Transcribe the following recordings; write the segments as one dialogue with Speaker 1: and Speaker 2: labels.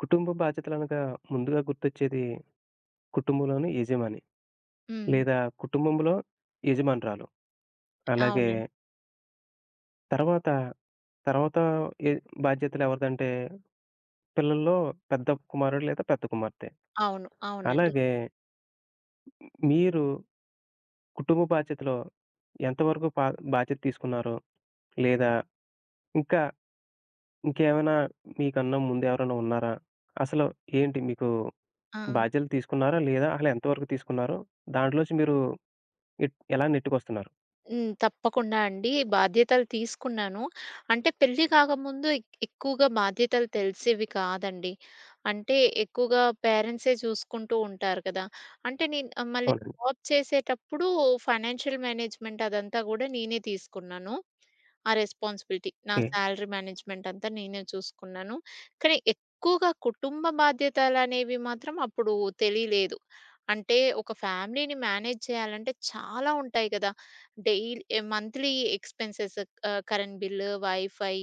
Speaker 1: కుటుంబ బాధ్యతలనగా ముందుగా గుర్తొచ్చేది కుటుంబంలోని యజమాని,
Speaker 2: హ్మ్.
Speaker 1: లేదా కుటుంబంలో యజమానురాలు. అలాగే
Speaker 2: అవునండి.
Speaker 1: తర్వాత, తర్వాత ఎ బాధ్యతలెవరిదంటే పిల్లల్లో పెద్ద కుమారుడు లేదా పెద్ద కుమార్తె.
Speaker 2: అవును. అవునండి.
Speaker 1: అలాగే మీరు కుటుంబ బాధ్యతలో ఎంతవరకు పా బాధ్యత తీసుకున్నారు? లేదా ఇంకా ఇంకేమైనా మీకన్నా ముందెవరైనా ఉన్నారా? అసలు ఏంటి, మీకు
Speaker 2: ఆ!
Speaker 1: బాధ్యతలు తీసుకున్నారా? లేదా అసలు ఎంతవరకు తీసుకున్నారు? దాంట్లోంచి మీరు ఎలా నెట్టుకొస్తున్నారు?
Speaker 2: హ్మ్. తప్పకుండా అండి. బాధ్యతలు తీసుకున్నాను. అంటే పెళ్లి కాకముందు ఎక్కువగా బాధ్యతలు తెలిసేవి కాదండి. అంటే ఎక్కువగా పేరెంట్సే చూసుకుంటూ ఉంటారు కదా! అంటే నేను మళ్ళీ
Speaker 1: అవునండి.
Speaker 2: జాబ్ చేసేటప్పుడు ఫైనాన్షియల్ మేనేజ్‌మెంట్ అదంతా గూడా నేనే తీసుకున్నాను. ఆ రెస్పాన్సిబిలిటీ. నా
Speaker 1: ఓకే.
Speaker 2: సాలరీ మేనేజ్‌మెంట్ అంతా నేనే చూసుకున్నాను. కానీ ఎక్కువగా కుటుంబ బాధ్యతలనేవి మాత్రం అప్పుడు తెలియలేదు. అంటే ఒక ఫ్యామిలీని మేనేజ్ చేయాలంటే చాలా ఉంటాయి కదా! Daily monthly expenses, current bill, wifi,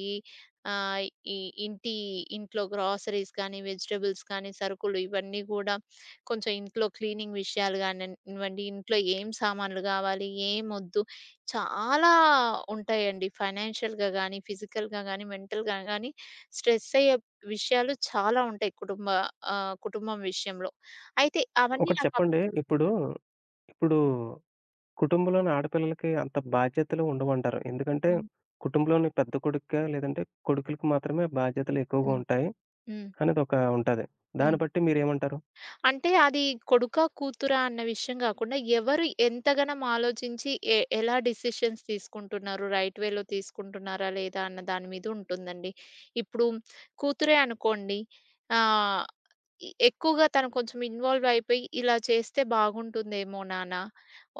Speaker 2: ఆహ్, ఈ ఇంటి ఇంట్లో గ్రాసరీస్ కానీ, వెజిటబుల్స్ కానీ, సరుకులు ఇవన్నీ గూడా, కొంచెం ఇంట్లో క్లీనింగ్ విషయాలు గానివ్వండి, ఇంట్లో ఏం సామాన్లు గావాలి, ఏమొద్దు, చాలా ఉంటాయండి. ఫైనాన్షియల్‌గా గానీ, ఫిజికల్‌గా గానీ, మెంటల్‌గా గానీ స్ట్రెస్ అయ్యే విషయాలు చాలా ఉంటాయి కుటుంబ, కుటుంబం విషయంలో. అయితే అవన్నీ
Speaker 1: ఒకటి
Speaker 2: నాకప్పుడు
Speaker 1: చెప్పండి. ఇప్పుడు, ఇప్పుడు కుటుంబంలోని ఆడపిల్లలకి అంత బాధ్యతలు ఉండవంటారు. ఎందుకంటే
Speaker 2: హ్మ్.
Speaker 1: కుటుంబంలోని పెద్ద కొడుక్కా, లేదంటే కొడుకులకి మాత్రమే బాధ్యతలు ఎక్కువగా
Speaker 2: హ్మ్.
Speaker 1: ఉంటాయి
Speaker 2: హ్మ్.
Speaker 1: అనేది ఒక ఉంటది. దాన్ని
Speaker 2: హ్మ్.
Speaker 1: బట్టి మీరేమంటారు?
Speaker 2: అంటే అది కొడుకా, కూతురా అన్న విషయం గాకుండా, ఎవరు ఎంతగనం ఆలోచించి ఎలా డెసిషన్స్ తీసుకుంటున్నారు, రైట్ వేలో తీసుకుంటున్నారా లేదా అన్న దాని మీద ఉంటుందండి. ఇప్పుడు కూతురే అనుకోండి, ఆహ్, ఎక్కువగా తను కొంచెం ఇన్వాల్వ్ అయిపోయి, "ఇలా చేస్తే బాగుంటుందేమో నాన్న.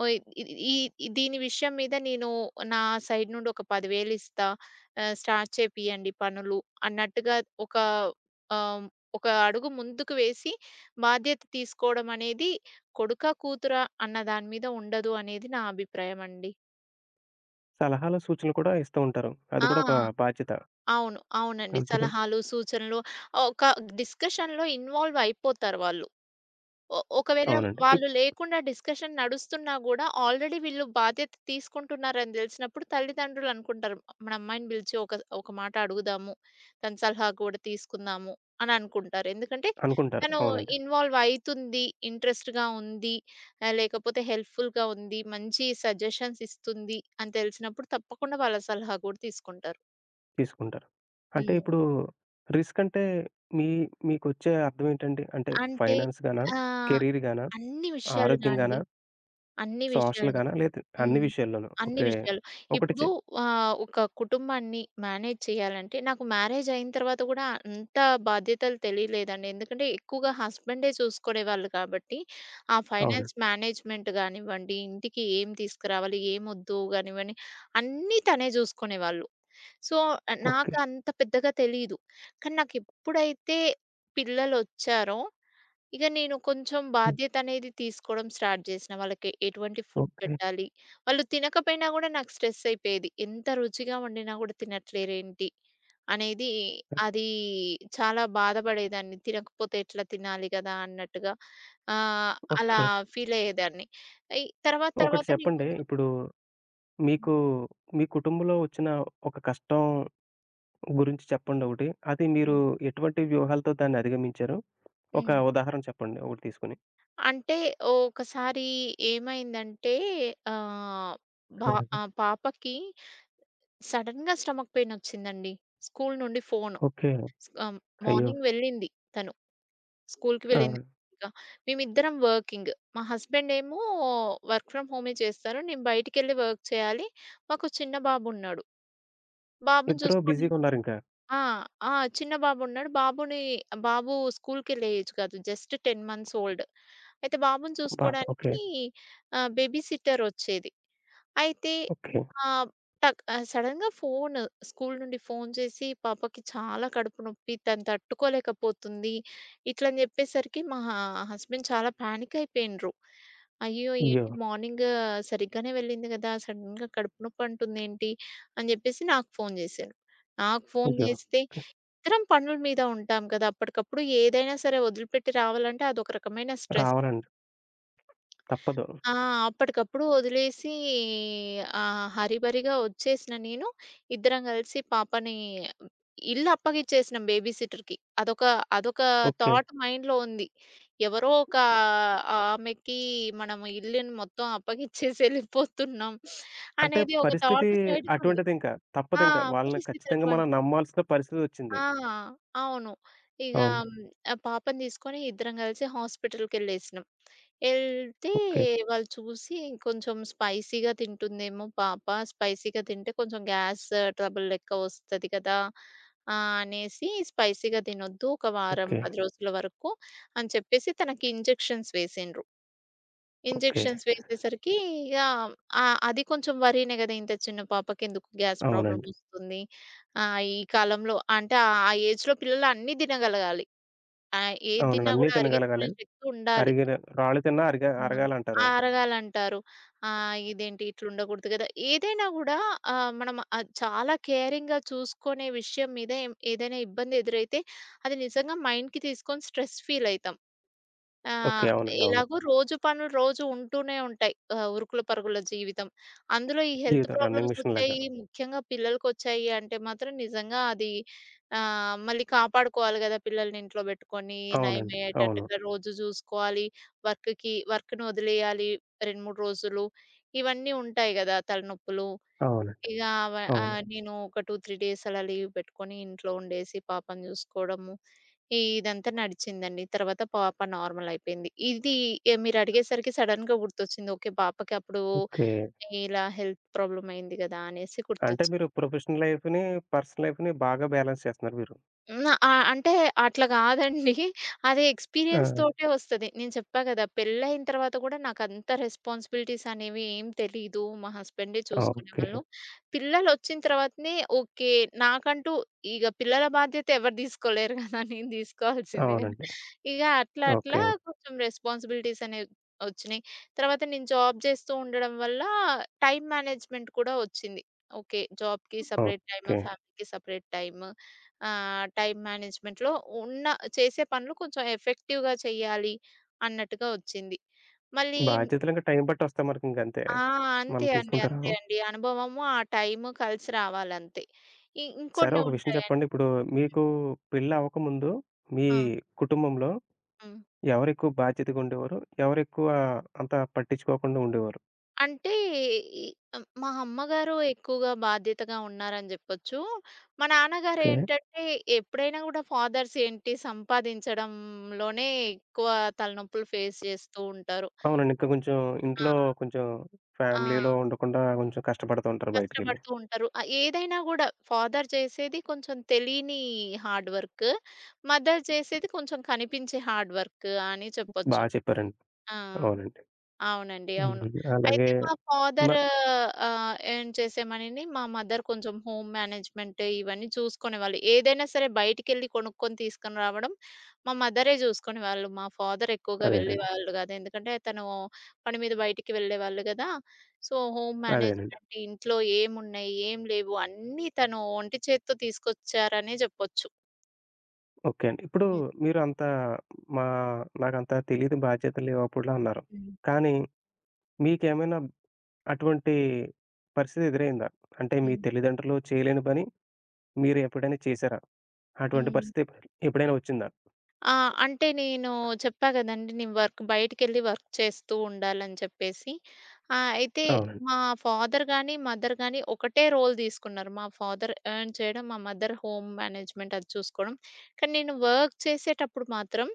Speaker 2: ఓహ్! ఇ ఇ- ఈ ఈ దీని విషయం మీద నేను నా సైడ్ నుండి ఒక 10,000 ఇస్తా. స్టార్ట్ చేపియండి పనులు" అన్నట్టుగా ఒక, ఆహ్, ఒక అడుగు ముందుకు వేసి బాధ్యత తీసుకోవడం అనేది కొడుకా, కూతురా అన్న దాని మీద ఉండదు అనేది నా అభిప్రాయం అండి.
Speaker 1: సలహాలు, సూచనలు కూడా ఇస్తూ ఉంటారు. అది
Speaker 2: ఆ!
Speaker 1: కూడా ఒక బాధ్యత.
Speaker 2: అవును. అవునండి.
Speaker 1: అంతే కదా!
Speaker 2: సలహాలు, సూచనలు ఒక డిస్కషన్‌లో ఇన్వాల్వ్ అయిపోతారు వాళ్ళు. ఒకవేళ
Speaker 1: అవునండి.
Speaker 2: వాళ్ళు లేకుండా డిస్కషన్ నడుస్తున్నా గూడా, ఆల్రెడీ వీళ్ళు బాధ్యత తీసుకుంటున్నారని దెలిసినప్పుడు తల్లిదండ్రులు అనుకుంటారు. "మన అమ్మాయిని పిలిచి ఒక ఒక మాట అడుగుదాము. తన సలహా కూడా తీసుకుందాము" అని అనుకుంటారు. ఎందుకంటే
Speaker 1: అనుకుంటారు.
Speaker 2: తను
Speaker 1: అవునండి.
Speaker 2: ఇన్వాల్వ్ అయితుంది. ఇంట్రెస్ట్‌గా ఉంది. లేకపోతే హెల్ప్‌ఫుల్‌గా ఉంది. మంచి సజెషన్స్ ఇస్తుంది అని తెలిసినప్పుడు తప్పకుండా వాళ్ళ సలహా గూడా తీసుకుంటారు.
Speaker 1: తీసుకుంటారు. అంటే
Speaker 2: హ్మ్.
Speaker 1: ఇప్పుడు రిస్క్ అంటే మీ మీకొచ్చే అర్థం ఏంటండి? అంటే
Speaker 2: అంటే
Speaker 1: ఫైనాన్స్ గానా?
Speaker 2: ఆహ్,
Speaker 1: కెరీర్ గానా?
Speaker 2: అన్ని విషయాలుగా
Speaker 1: ఆరోగ్యం
Speaker 2: అండి.
Speaker 1: గానా?
Speaker 2: అన్ని విషయాలుగా.
Speaker 1: సోషల్‌గానా? లేదు, అన్ని
Speaker 2: హ్మ్.
Speaker 1: విషయాల్లోనూ.
Speaker 2: అన్ని
Speaker 1: ఓకే.
Speaker 2: విషయాలు.
Speaker 1: ఒకటి
Speaker 2: ఇప్పుడు
Speaker 1: చె
Speaker 2: ఒక కుటుంబాన్ని మేనేజ్ చేయాలంటే నాకు మ్యారేజ్ అయిన తర్వాత గూడా అంత బాధ్యతలు తెలియలేదండి. ఎందుకంటే ఎక్కువగా హస్బెండే చూసుకునేవాళ్ళు కాబట్టి, ఆ ఫైనాన్స్
Speaker 1: అవునండి.
Speaker 2: మేనేజ్‌మెంట్ గానివ్వండి, ఇంటికి ఏం తీసుకురావాలి, ఏమొద్దు గానివ్వండి, అన్నీ తనే చూసుకునేవాళ్ళు. So,
Speaker 1: okay.
Speaker 2: నాకు అంత పెద్దగా తెలీదు. కానీ నాకు ఎప్పుడైతే పిల్లలొచ్చారో ఇక నేను కొంచెం
Speaker 1: హ్మ్.
Speaker 2: బాధ్యతనేది తీసుకోవడం స్టార్ట్ చేసినా. వాళ్ళకి ఎటువంటి ఫుడ్
Speaker 1: ఓకే.
Speaker 2: పెట్టాలి, వాళ్ళు తినకపోయినా గూడా నాకు స్ట్రెస్ అయిపోయేది. ఎంత రుచిగా వండినా గూడా తినట్లేరేంటి అనేది, అది చాలా బాధపడేదాన్ని. తినకపోతే ఎట్లా తినాలి గదా! అన్నట్టుగా ఆహ్, అలా
Speaker 1: ఓకే.
Speaker 2: ఫీలయ్యేదాన్ని. ఈ తర్వాత
Speaker 1: ఒకటి
Speaker 2: తర్వాత నేను
Speaker 1: చెప్పండి.
Speaker 2: కొంచెం
Speaker 1: ఇప్పుడు మీకు మీ కుటుంబంలో వచ్చిన ఒక కష్టం గురించి చెప్పండి ఒకటి. అది మీరు ఎటువంటి వ్యూహాలతో దాన్ని అధిగమించారు? ఒక
Speaker 2: హ్మ్.
Speaker 1: ఉదాహరణ చెప్పండి ఒకటి తీసుకొని.
Speaker 2: అంటే ఒకసారి ఏమైందంటే, ఆహ్, బా
Speaker 1: అలాగా.
Speaker 2: పాపకి సడెన్‌గా స్టమక్ పెయినొచ్చిందండి. స్కూలు నుండి ఫోను.
Speaker 1: ఓకే.
Speaker 2: ఆహ్,
Speaker 1: అయ్యో!
Speaker 2: మార్నింగ్ వెళ్ళింది తను. స్కూలుకి
Speaker 1: ఆ!
Speaker 2: వెళ్ళింది. ఇక మేమిద్దరం వర్కింగ్. మా హస్బెండేమో వర్క్ ఫ్రమ్ హోమే చేస్తారు. నేను బయటికెళ్ళి వర్క్ చేయాలి. మాకు చిన్న బాబున్నాడు. బాబుని
Speaker 1: ఇద్దరు
Speaker 2: చూసుకోవడానికి
Speaker 1: బిజీగా ఉన్నారింకా.
Speaker 2: ఆ! ఆ! చిన్న బాబున్నాడు. బాబుని బాబు స్కూలుకెళ్ళే ఏజ్ కాదు. Just 10 months old. అయితే బాబుని
Speaker 1: బాగా. ఓకే.
Speaker 2: చూసుకోవడానికి బేబీ సిట్టర్ వచ్చేది. అయితే,
Speaker 1: ఓకే.
Speaker 2: ఆహ్, సడెన్‌గా ఫోను, స్కూలు నుండి ఫోను చేసి, "పాపకి చాలా కడుపు నొప్పి, తను తట్టుకోలేకపోతుంది" ఇట్లని చెప్పేసరికి మా హ హస్బెండ్ చాలా పానిక్ అయిపోయిండ్రు. అయ్యో!
Speaker 1: అయ్యో!
Speaker 2: ఏంటి మార్నింగ్ సరిగ్గానే వెళ్ళింది కదా! సడెన్‌గా కడుపు నొప్పి అంటుందేంటి? అని చెప్పేసి నాకు ఫోను చేశారు. నాకు ఫోను
Speaker 1: అయ్యో!
Speaker 2: చేస్తే, ఇద్దరం పనుల మీద ఉంటాం కదా! అప్పటికప్పుడు ఏదైనా సరే వదిలిపెట్టి రావాలంటే అదొక రకమైన స్ట్రెస్.
Speaker 1: రావాలండి. తప్పదు.
Speaker 2: ఆ! అప్పటికప్పుడు వదిలేసి, హరీబరీగా వచ్చేసిన నేను, ఇద్దరం కలిసి పాపని, ఇల్లు అప్పగిచ్చేసినాం బేబీ సిట్టర్‌కి. అదొక అదొక
Speaker 1: ఓకే.
Speaker 2: థాట్ మైండ్‌లో ఉంది. ఎవరో ఒక ఆమెకి మనం ఇల్లుని మొత్తం అప్పగిచ్చేసి ఎళ్ళిపోతున్నాం
Speaker 1: అంటే
Speaker 2: అనేది ఒక
Speaker 1: పరిస్థితి
Speaker 2: థాట్ సైడ్‌కుంది.
Speaker 1: అటువంటిదింక.
Speaker 2: ఆ!
Speaker 1: తప్పదింక. వాళ్ళని
Speaker 2: పరిస్థితి
Speaker 1: ఖచ్చితంగా మనం
Speaker 2: అటువంటిది.
Speaker 1: నమ్మాల్సిన పరిస్థితొచ్చింది.
Speaker 2: ఆ! అవును. ఇగ
Speaker 1: అవును.
Speaker 2: పాపని తీసుకొని ఇద్దరం కలిసి హాస్పిటల్‌కెళ్ళేసినాం. ఎళ్తే
Speaker 1: ఓకే.
Speaker 2: వాళ్ళు చూసి కొంచెం స్పైసీగా తింటుందేమో పాప. స్పైసీగా తింటే కొంచెం గ్యాస్ ట్రబుల్ లెక్క వస్తది కదా! అనేసి స్పైసీగా తినొద్దు. ఒక వారం,
Speaker 1: ఓకే.
Speaker 2: 10 రోజుల వరకు అని చెప్పేసి తనకి ఇంజెక్షన్స్ వేసిండ్రు.
Speaker 1: ఓకే.
Speaker 2: ఇంజెక్షన్స్ వేసేసరికి ఇగ, అది కొంచెం వరీనే గదా! ఇంత చిన్న పాపకెందుకు గ్యాస్ ప్రాబ్లమ్
Speaker 1: అవునండి.
Speaker 2: వస్తుంది. ఈ కాలంలో అంటే ఆ ఏజ్‌లో పిల్లలు అన్నీ తినగలగాలి. ఏది
Speaker 1: అవునండి,
Speaker 2: తిన్నా
Speaker 1: అన్నీ
Speaker 2: గూడా
Speaker 1: తినగలగాలి.
Speaker 2: అరిగించుకునే శక్తి ఉండాలి.
Speaker 1: అరిగిన రాళ్ళు తిన్నా
Speaker 2: ఆ!
Speaker 1: అరగాలంటారు.
Speaker 2: ఆరగాలంటారు. ఇదేంటి ఇట్లుండకూడదు కదా! ఏదైనా గూడా, మనం అది చాలా కేరింగ్‌గా చూసుకునే విషయం మీద ఏదైనా ఇబ్బంది ఎదురైతే అది నిజంగా మైండ్‌కి తీసుకొని స్ట్రెస్ ఫీల్ అయితాం. ఆ!
Speaker 1: ఓకే. అవునండి. అవును.
Speaker 2: ఎలాగో రోజు పనులు రోజు ఉంటూనే ఉంటాయి. ఉరుకుల పరుగుల జీవితం. అందులో ఈ హెల్త్
Speaker 1: జీవితం రన్నింగ్
Speaker 2: ప్రాబ్లమ్స్
Speaker 1: మిషన్ లాగా.
Speaker 2: వచ్చాయి, ముఖ్యంగా పిల్లలకొచ్చాయి అంటే మాత్రం నిజంగా అది, మళ్ళీ కాపాడుకోవాలి గదా! పిల్లల్ని ఇంట్లో బెట్టుకొని
Speaker 1: అవునండి. అవును.
Speaker 2: నయమయ్యేటట్టుగా రోజు జూసుకోవాలి. వర్క్‌ని వదిలేయాలి 2, 3 రోజులు. ఇవన్నీ ఉంటాయి గదా! తలనొప్పులు.
Speaker 1: అవునండి.
Speaker 2: ఇగ వ
Speaker 1: అవును.
Speaker 2: నేను ఒక 2, 3 డేస్ అలా లీవ్ పెట్టుకొని ఇంట్లో ఉండేసి పాపను చూసుకోవడము. ఈ ఇదంతా నడిచిందండి. తర్వాత పాప నార్మల్ అయిపోయింది. ఇది మీరు అడిగేసరికి సడెన్‌గా గుర్తొచ్చింది. ఓకే. పాపకి అప్పుడు
Speaker 1: ఓకే.
Speaker 2: ఇలా హెల్త్ ప్రాబ్లమ్ అయింది కదా! అనేసి
Speaker 1: అంటే
Speaker 2: గుర్తొచ్చింది.
Speaker 1: మీరు ప్రొఫెషనల్ లైఫ్‌ని, పర్సనల్ లైఫ్‌ని బాగా బ్యాలెన్స్ చేస్తున్నారు మీరు.
Speaker 2: హ్మ్. అంటే అట్లా గాదండి. అది ఎక్స్‌పీరియన్స్
Speaker 1: ఆ!
Speaker 2: తోటే వస్తది. నేను చెప్పా గదా! పెళ్ళయిన తర్వాత గూడా నాకంత రెస్పాన్సిబిలిటీస్ అనేవి ఏం తెలీదు. మా హస్బెండే
Speaker 1: ఆ! ఓకే.
Speaker 2: చూసుకునేవాళ్ళు. పిల్లలొచ్చిన తర్వాతనే ఓకే. నాకంటూ ఇగ పిల్లల బాధ్యత ఎవరు దీసుకోలేరు గదా! నేను దీసుకోవాల్సిందే గదా!
Speaker 1: అవునండి.
Speaker 2: ఇగ అట్లా అట్లా
Speaker 1: ఓకే.
Speaker 2: కొంచెం రెస్పాన్సిబిలిటీస్ అనేవి ఒచ్చినియి. తర్వాత నేను జాబ్ జేస్తూ ఉండడం వల్ల టైమ్ మేనేజ్‌మెంట్ కూడా ఒచ్చింది. ఓకే. జాబ్‌కి సెపరేట్ టైమ్,
Speaker 1: ఓకే.
Speaker 2: ఫ్యామిలీకి సెపరేట్ టైమ్. టైమ్ మేనేజ్‌మెంట్‌లో ఉన్న చేసే పనులు కొంచెం ఎఫెక్టివ్‌గా చేయాలి అన్నట్టుగా వచ్చింది. మళ్ళీ
Speaker 1: బాధ్యతలింక టైం బట్టొస్తాయి మనకింకంతే.
Speaker 2: ఆ!
Speaker 1: మనం
Speaker 2: అంతే అండి.
Speaker 1: తీసుకుంటాం.
Speaker 2: అంతే అండి. అనుభవము, ఆ టైము కలిసి రావాలంతే.
Speaker 1: సరే,
Speaker 2: ఇంకొన్ని
Speaker 1: ఒక విషయం చెప్పండి.
Speaker 2: ఉంటాయండి.
Speaker 1: ఇప్పుడు మీకు పెళ్లి అవ్వకముందు మీ
Speaker 2: ఆ!
Speaker 1: కుటుంబంలో
Speaker 2: హ్మ్.
Speaker 1: ఎవరెక్కువ బాధ్యతగా ఉండేవారు? ఎవరెక్కువ అంత పట్టించుకోకుండా ఉండేవారు?
Speaker 2: అంటే ఈ, మా అమ్మగారు ఎక్కువగా బాధ్యతగా ఉన్నారని జెప్పొచ్చు. మా నాన్నగారు
Speaker 1: ఓకే.
Speaker 2: ఏంటంటే ఎప్పుడైనా గూడా ఫాదర్స్ ఏంటి సంపాదించడంలోనే ఎక్కువ తలనొప్పులు ఫేస్ చేస్తూ ఉంటారు.
Speaker 1: అవునండి. ఇంకా కొంచెం
Speaker 2: ఆ!
Speaker 1: ఇంట్లో కొంచెం
Speaker 2: ఆ!
Speaker 1: ఫ్యామిలీలో ఉండకుండా కొంచెం కష్టపడుతూ ఉంటారు బయటికెళ్ళి.
Speaker 2: కష్టపడుతూ ఉంటారు. ఏదైనా గూడా ఫాదర్ చేసేది కొంచెం తెలియని హార్డ్ వర్క్. మదర్ చేసేది కొంచెం కనిపించే హార్డ్ వర్క్ అని
Speaker 1: బా
Speaker 2: చెప్పొచ్చు.
Speaker 1: చెప్పారండి.
Speaker 2: ఆ!
Speaker 1: అవునండి.
Speaker 2: అవునండి. అవును.
Speaker 1: హ్మ్. అలాగే
Speaker 2: అయితే మా
Speaker 1: మ
Speaker 2: ఫాదర్, ఏం చేసేమనిని మా మదర్ కొంచెం హోమ్ మేనేజ్‌మెంట్ ఇవన్నీ చూసుకునేవాళ్ళు. ఏదైనా సరే బయటికెళ్ళి కొనుక్కొని తీసుకొని రావడం మా మదరే చూసుకునేవాళ్ళు. మా ఫాదర్ ఎక్కువగా
Speaker 1: అదేనండి.
Speaker 2: వెళ్ళేవాళ్ళు కాదు. ఎందుకంటే తను పని మీద బయటికి వెళ్ళేవాళ్ళు కదా! సో, హోమ్
Speaker 1: అదేనండి.
Speaker 2: మేనేజ్‌మెంట్ ఇంట్లో ఏమున్నాయి, ఏం లేవు అన్నీ తను ఒంటి చేత్తో తీసుకొచ్చారనే చెప్పొచ్చు.
Speaker 1: ఓకే అండి. ఇప్పుడు
Speaker 2: హ్మ్.
Speaker 1: మీరు అంత మా నాకంత తెలీదు, బాధ్యతలు లేవు అప్పుడులా అన్నారు.
Speaker 2: హ్మ్.
Speaker 1: కానీ మీకేమైనా అటువంటి పరిస్థితి ఎదురైందా? అంటే మీ
Speaker 2: హ్మ్.
Speaker 1: తల్లిదండ్రులు చేయలేని పని మీరు ఎప్పుడైనా చేసారా? అటువంటి
Speaker 2: హ్మ్.
Speaker 1: పరిస్థితి ఎప్పుడైనా వచ్చిందా?
Speaker 2: ఆ! అంటే నేను చెప్పా గదండీ! నేను బయటికెళ్ళి వర్క్ చేస్తూ ఉండాలని చెప్పేసి. అయితే
Speaker 1: అవునండి.
Speaker 2: మా ఫాదర్ గాని, మదర్ గాని ఒకటే రోల్ తీసుకున్నారు. మా ఫాదర్ ఎర్న్ చేయడం, మా మదర్ హోమ్ మేనేజ్‌మెంట్ అది చూసుకోవడం. కానీ నేను వర్క్ చేసేటప్పుడు మాత్రం,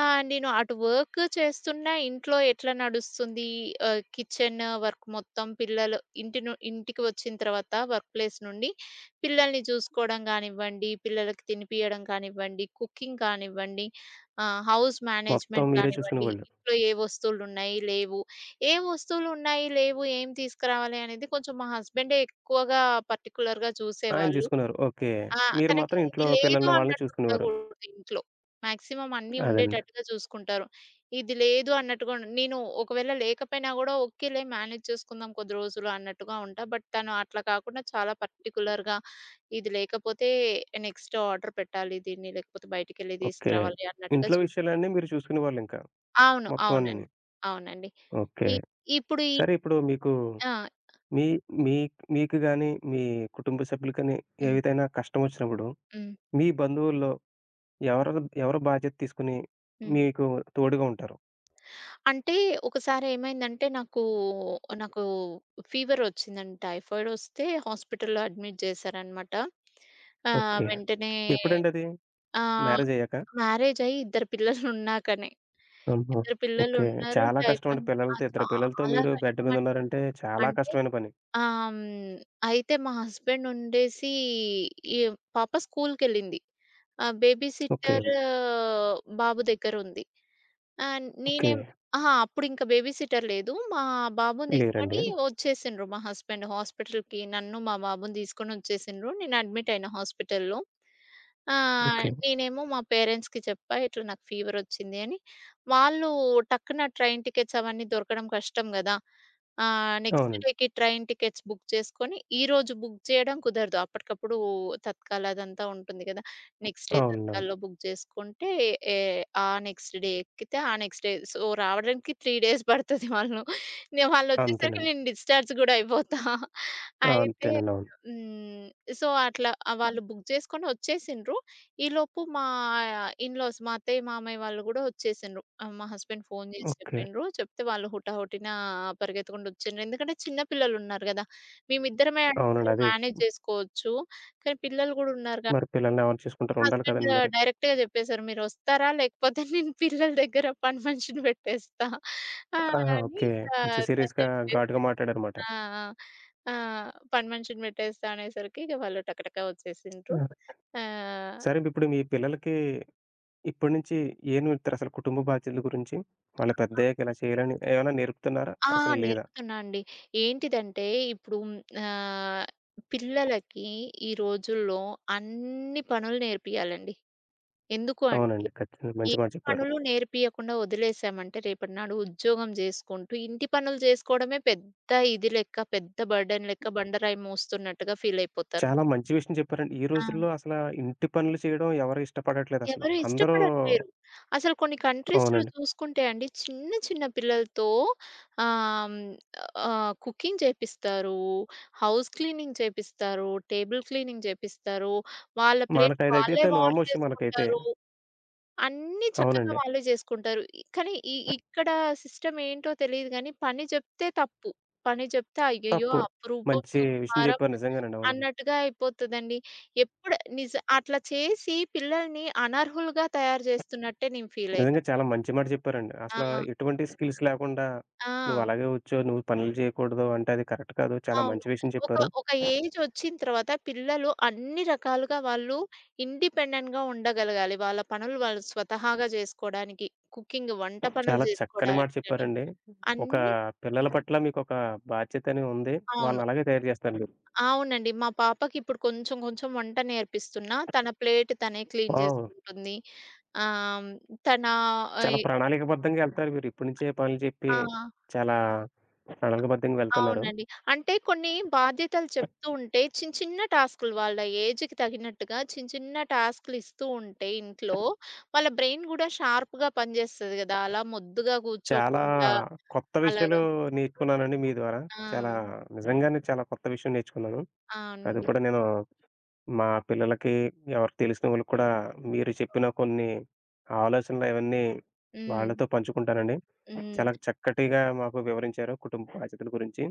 Speaker 2: నేను అటు వర్క్ చేస్తున్నా ఇంట్లో ఎట్లా నడుస్తుంది, కిచెన్ వర్క్ మొత్తం పిల్లలు, ఇంటికి వచ్చిన తర్వాత వర్క్ ప్లేస్ నుండి, పిల్లల్ని చూసుకోవడం కానివ్వండి, పిల్లలకి తినిపియడం కానివ్వండి, కుకింగ్ కానివ్వండి, హౌస్
Speaker 1: మొత్తం
Speaker 2: మేనేజ్‌మెంట్
Speaker 1: మీరే
Speaker 2: కానివ్వండి,
Speaker 1: చూసుకునేవాళ్ళు.
Speaker 2: ఇంట్లో ఏ వస్తువులున్నాయి, లేవు, ఏం తీసుకురావాలి అనేది కొంచెం మా హస్బెండే ఎక్కువగా పర్టిక్యులర్‌గా
Speaker 1: ఆయన
Speaker 2: చూసేవాళ్ళు.
Speaker 1: చూసుకున్నారు. ఓకే.
Speaker 2: ఆ!
Speaker 1: మీరు
Speaker 2: తనకి
Speaker 1: మాత్రం
Speaker 2: ఇది
Speaker 1: ఇంట్లో
Speaker 2: లేదు
Speaker 1: పిల్లల్ని, వాళ్ళని
Speaker 2: అన్నట్టు
Speaker 1: చూసుకునేవారు.
Speaker 2: ఉండగూడదు ఇంట్లో. మాక్సిమం అన్నీ
Speaker 1: అదండి.
Speaker 2: ఉండేటట్టుగా చూసుకుంటారు. ఇది లేదు అన్నట్టుగా ఉండ నేను ఒకవేళ లేకపోయినా గూడా ఓకేలే మేనేజ్ చేసుకుందాం కొద్ది రోజులు అన్నట్టుగా ఉంటా. బట్ తను అట్లా కాకుండా చాలా పర్టిక్యులర్‌గా, ఇది లేకపోతే నెక్స్ట్ ఆర్డర్ పెట్టాలి దీన్ని, లేకపోతే బయటికెళ్ళి
Speaker 1: ఓకే.
Speaker 2: తీసుకురావాలి అన్నట్టుగా
Speaker 1: ఇంట్లో
Speaker 2: చూస్.
Speaker 1: విషయాలన్నీ మీరు చూసుకునేవాళ్ళింకా,
Speaker 2: అవును.
Speaker 1: మొత్తం
Speaker 2: అవునండి.
Speaker 1: అన్నీని.
Speaker 2: అవునండి.
Speaker 1: ఓకే.
Speaker 2: ఇ ఇప్పుడు ఈ
Speaker 1: సరే, ఇప్పుడు మీకు
Speaker 2: ఆ!
Speaker 1: మీ మీ మీకు గాని, మీ కుటుంబ సభ్యులకు గాని
Speaker 2: హ్మ్.
Speaker 1: ఏదైనా కష్టం వచ్చినప్పుడు
Speaker 2: హ్మ్.
Speaker 1: మీ బంధువుల్లో ఎవరు, ఎవరు బాధ్యత తీసుకొని
Speaker 2: హ్మ్.
Speaker 1: మీకు తోడుగా ఉంటారు?
Speaker 2: అంటే ఒకసారి ఏమైందంటే నాకు నాకు ఫీవర్ వచ్చిందండి. టైఫాయిడ్ వస్తే హాస్పిటల్‌లో అడ్మిట్ చేశారనమాట.
Speaker 1: ఓకే.
Speaker 2: వెంటనే,
Speaker 1: ఎప్పుడండది?
Speaker 2: ఆహ్,
Speaker 1: మ్యారేజయ్యాకా?
Speaker 2: మ్యారేజ్ అయ్యి ఇద్దరు పిల్లలున్నాకనే.
Speaker 1: అమ్మో!
Speaker 2: ఇద్దరు
Speaker 1: ఓకే.
Speaker 2: పిల్లలున్నారు.
Speaker 1: చాలా కష్టమండి
Speaker 2: టైఫాయిడ్.
Speaker 1: పిల్లలతో,
Speaker 2: ఆ!
Speaker 1: ఇద్దరు పిల్లలతో
Speaker 2: చాలా
Speaker 1: మీరు బెడ్
Speaker 2: కష్టమండి.
Speaker 1: మీదున్నారంటే చాలా
Speaker 2: అంటే,
Speaker 1: కష్టమైన పని.
Speaker 2: హ్మ్. అయితే మా హస్బెండ్ ఉండేసి ఈ పాప స్కూల్‌కెళ్ళింది. Baby
Speaker 1: okay.
Speaker 2: సిట్టర్ బాబు దగ్గరుంది. ఆ!
Speaker 1: ఓకే.
Speaker 2: నేనేం అహా! అప్పుడింక బేబీ సిట్టర్ లేదు. మా బాబుని తీసుకొని
Speaker 1: లేరండి.
Speaker 2: వచ్చేసిండ్రు మా హస్బెండ్ హాస్పిటల్‌కి. నన్ను, మా బాబుని తీసుకొనొచ్చేసిండ్రు. నేను అడ్మిట్ అయిన హాస్పిటల్‌లో. ఆ!
Speaker 1: ఓకే.
Speaker 2: నేనేమో మా పేరెంట్స్‌కి చెప్పా, ఇట్లా నాకు ఫీవరొచ్చింది అని. వాళ్ళు టక్కున ట్రైన్ టికెట్స్ అవన్నీ దొరకడం కష్టం గదా! నెక్స్ట్
Speaker 1: అవునండి.
Speaker 2: డేకి ట్రైన్ టికెట్స్ బుక్ చేసుకొని, ఈరోజు బుక్ చేయడం కుదరదు. అప్పటికప్పుడు తత్కాల్ అదంతా ఉంటుంది గదా! నెక్స్ట్ డే
Speaker 1: అవునండి. అవును.
Speaker 2: తత్కాల్‌లో బుక్ చేసుకుంటే, ఏ ఆ నెక్స్ట్ డే ఎక్కితే, ఆ నెక్స్ట్ డే సో, రావడానికి 3 డేస్ పడతది వాళ్ళు. నే వాళ్ళొచ్చేసరికి
Speaker 1: అంతేనండి.
Speaker 2: నేను డిశ్చార్జ్ గూడా అయిపోతా.
Speaker 1: ఆ!
Speaker 2: అయితే
Speaker 1: అంతేనండి. అవును.
Speaker 2: హ్మ్. సో, అట్లా, వాళ్ళు బుక్ చేసుకొని వచ్చేసిండ్రు. ఈలోపు మా ఇన్‌లాస్ మా అత్తయ్య, మామయ్య వాళ్ళు గూడా వచ్చేసిండ్రు. మా హస్బెండ్ ఫోను జేసి
Speaker 1: ఓకే.
Speaker 2: చెప్పిండ్రు. చెప్తే వాళ్ళు హుటాహుటిన పరిగెత్తుకుంటూ వచ్చిండ్రు. ఎందుకంటే చిన్న పిల్లలున్నారు గదా! మేమిద్దరమే అంటే
Speaker 1: అవునండి.
Speaker 2: సరే
Speaker 1: అదే.
Speaker 2: మేనేజ్ జేసుకోవచ్చు. కానీ పిల్లలు గూడా ఉన్నారు గా.
Speaker 1: మరి పిల్లల్ని ఎవరు చూసుకుంటారు? ఉండాలి
Speaker 2: హస్బెండ్
Speaker 1: కదండీ మరి.
Speaker 2: డైరెక్ట్‌గా జెప్పేసారు. "మీరొస్తారా? లేకపోతే నేను పిల్లల దగ్గర పని మనిషిని పెట్టేస్తా" ఆ!
Speaker 1: ఆహా!
Speaker 2: అని
Speaker 1: ఓకే.
Speaker 2: ఇక
Speaker 1: కొంచెం
Speaker 2: తను
Speaker 1: సీరియస్‌గా, ఘాటుగా
Speaker 2: జెప్పేసి
Speaker 1: మాట్లాడారమాట.
Speaker 2: ఆ! ఆ! ఆ! పని మనిషిని పెట్టేస్తా అనేసరికి ఇక వాళ్ళు టకటక వచ్చేసిండ్రు.
Speaker 1: ఆ!
Speaker 2: ఆహ్,
Speaker 1: సరే, ఇప్పుడు మీ పిల్లలకి ఇప్పటి నుంచి ఏం నేర్పుతారసలు కుటుంబ బాధ్యతల గురించి? వాళ్ళు పెద్దయ్యాక ఇలా చేయాలని ఏమైనా నేర్పుతున్నారా?
Speaker 2: ఆ!
Speaker 1: అసలు లేదా?
Speaker 2: నేర్పుతున్నా అండి. ఏంటిదంటే ఇప్పుడు, ఆహ్, పిల్లలకి ఈ రోజుల్లో అన్ని పనులు నేర్పియాలండి. ఎందుకు అంటే,
Speaker 1: అవునండి. ఖచ్చితంగా
Speaker 2: ఏ
Speaker 1: మంచి మాట చెప్పారు.
Speaker 2: పనులు నేర్పియకుండా వదిలేసామంటే రేపటి నాడు ఉద్యోగం జేసుకుంటూ, ఇంటి పనులు జేసుకోవడమే పెద్ద ఇది లెక్క, పెద్ద బర్డెన్ లెక్క బండరాయి మోస్తున్నట్టుగా ఫీలయిపోతారు.
Speaker 1: చాలా మంచి విషయం చెప్పారండి. ఈ రోజుల్లో
Speaker 2: ఆ!
Speaker 1: అసల ఇంటి పనులు చేయడం ఎవరు ఇష్టపడట్లేదసల.
Speaker 2: ఎవరు
Speaker 1: అందరూ
Speaker 2: ఇష్టపడట్లేరు. అసలు కొన్ని కంట్రీస్‌లో
Speaker 1: అవునండి.
Speaker 2: చూసుకుంటే అండి చిన్న చిన్న పిల్లలతో, ఆహ్, హ్మ్, కుకింగ్ చేపిస్తారు, హౌస్ క్లీనింగ్ చేపిస్తారు, టేబుల్ క్లీనింగ్ చేపిస్తారు, వాళ్ళ ప్లేట్లు
Speaker 1: మనకైతే
Speaker 2: వాళ్ళే
Speaker 1: అదైతే
Speaker 2: వాష్
Speaker 1: నామోషి మనకైతే.
Speaker 2: చేసుకుంటారు. అన్నీ చక్కగా
Speaker 1: అవునండి.
Speaker 2: వాళ్ళే జేసుకుంటారు. కానీ ఇక్కడ సిస్టమ్ ఏంటో తెలీదు గానీ, పని జెప్తే తప్పు. పని జెప్తే అయ్యయ్యో!
Speaker 1: తప్పు.
Speaker 2: అపురూపం,
Speaker 1: మంచి విషయం
Speaker 2: సుకుమారం
Speaker 1: చెప్పారు నిజంగానండి. అవును.
Speaker 2: అన్నట్టుగా అయిపోతదండి. ఎప్పుడు అట్లా చేసి పిల్లల్ని అనర్హులుగా తయారు జేస్తున్నట్టే నేను ఫీలయితా.
Speaker 1: నిజంగా చాలా మంచి మాట చెప్పారండి.
Speaker 2: ఆ!
Speaker 1: అసల ఎటువంటి స్కిల్స్ లేకుండా
Speaker 2: ఆ!
Speaker 1: నువ్వలాగే వచ్చావు, నువ్వు పనులు చేయకూడదు అంటే అది కరెక్ట్ కాదు. చాలా
Speaker 2: అవును.
Speaker 1: మంచి విషయం
Speaker 2: ఒక
Speaker 1: చెప్పారు.
Speaker 2: ఒక ఏజొచ్చిన తర్వాత పిల్లలు అన్ని రకాలుగా వాళ్ళు ఇండిపెండెంట్‌గా ఉండగలగాలి. వాళ్ళ పనులు వాళ్ళు స్వతహాగా జేసుకోడానికి. కుకింగ్ వంట పనులు
Speaker 1: చాలా చక్కని మాట
Speaker 2: జేసుకోడానికని.
Speaker 1: చెప్పారండి. ఒక
Speaker 2: అన్నీ
Speaker 1: పిల్లల పట్ల మీకొక బాధ్యత అనేది ఉంది.
Speaker 2: అవును.
Speaker 1: వాళ్ళని అలాగే తయారు చేస్తారు మీరు.
Speaker 2: అవునండి. మా పాపకిప్పుడు కొంచెం కొంచెం వంట నేర్పిస్తున్నా. తన ప్లేట్ తనే క్లీన్
Speaker 1: వావ్!
Speaker 2: జేసుకుంటుంది. ఆహ్, తన
Speaker 1: చాలా
Speaker 2: ఆహ్,
Speaker 1: ప్రణాళికాబద్ధంగా ఎళ్తారు మీరు. ఇప్పటి నుంచే పనులు చెప్పి
Speaker 2: ఆ!
Speaker 1: చాలా ప్రణాళికాబద్ధంగా వెళ్తున్నారు.
Speaker 2: అవునండి. అంటే కొన్ని బాధ్యతలు చెప్తూ ఉంటే చిన్న చిన్న టాస్కులు వాళ్ళ ఏజ్‌కి తగినట్టుగా చిన్న చిన్న టాస్కులు ఇస్తూ ఉంటే ఇంట్లో వాళ్ళ బ్రెయిన్ గూడా షార్ప్‌గా పనిజేస్తది గదా! అలా మొద్దుగా
Speaker 1: చాలా
Speaker 2: గూర్చోకుండా
Speaker 1: కొత్త విషయాలు
Speaker 2: అలాగా.
Speaker 1: నేర్చుకున్నానండి మీ ద్వారా. చాలా
Speaker 2: ఆ!
Speaker 1: నిజంగానే చాలా కొత్త విషయం నేర్చుకున్నాను.
Speaker 2: ఆ!
Speaker 1: అది
Speaker 2: అండి.
Speaker 1: కూడా నేను మా పిల్లలకి, ఎవరికి తెలిసిన వాళ్ళకి కూడా మీరు చెప్పిన కొన్ని ఆలోచనలు అవన్నీ
Speaker 2: హ్మ్.
Speaker 1: వాళ్ళతో పంచుకుంటానండి.
Speaker 2: హ్మ్.
Speaker 1: చాలా చక్కటిగా మాకు వివరించారు కుటుంబ బాధ్యతల గురించి.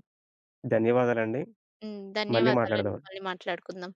Speaker 1: ధన్యవాదాలండి.
Speaker 2: హ్మ్.
Speaker 1: మళ్ళీ
Speaker 2: ధన్యవాదాలండి.
Speaker 1: మాట్లాడదాం.
Speaker 2: మళ్ళీ మాట్లాడుకుందాం.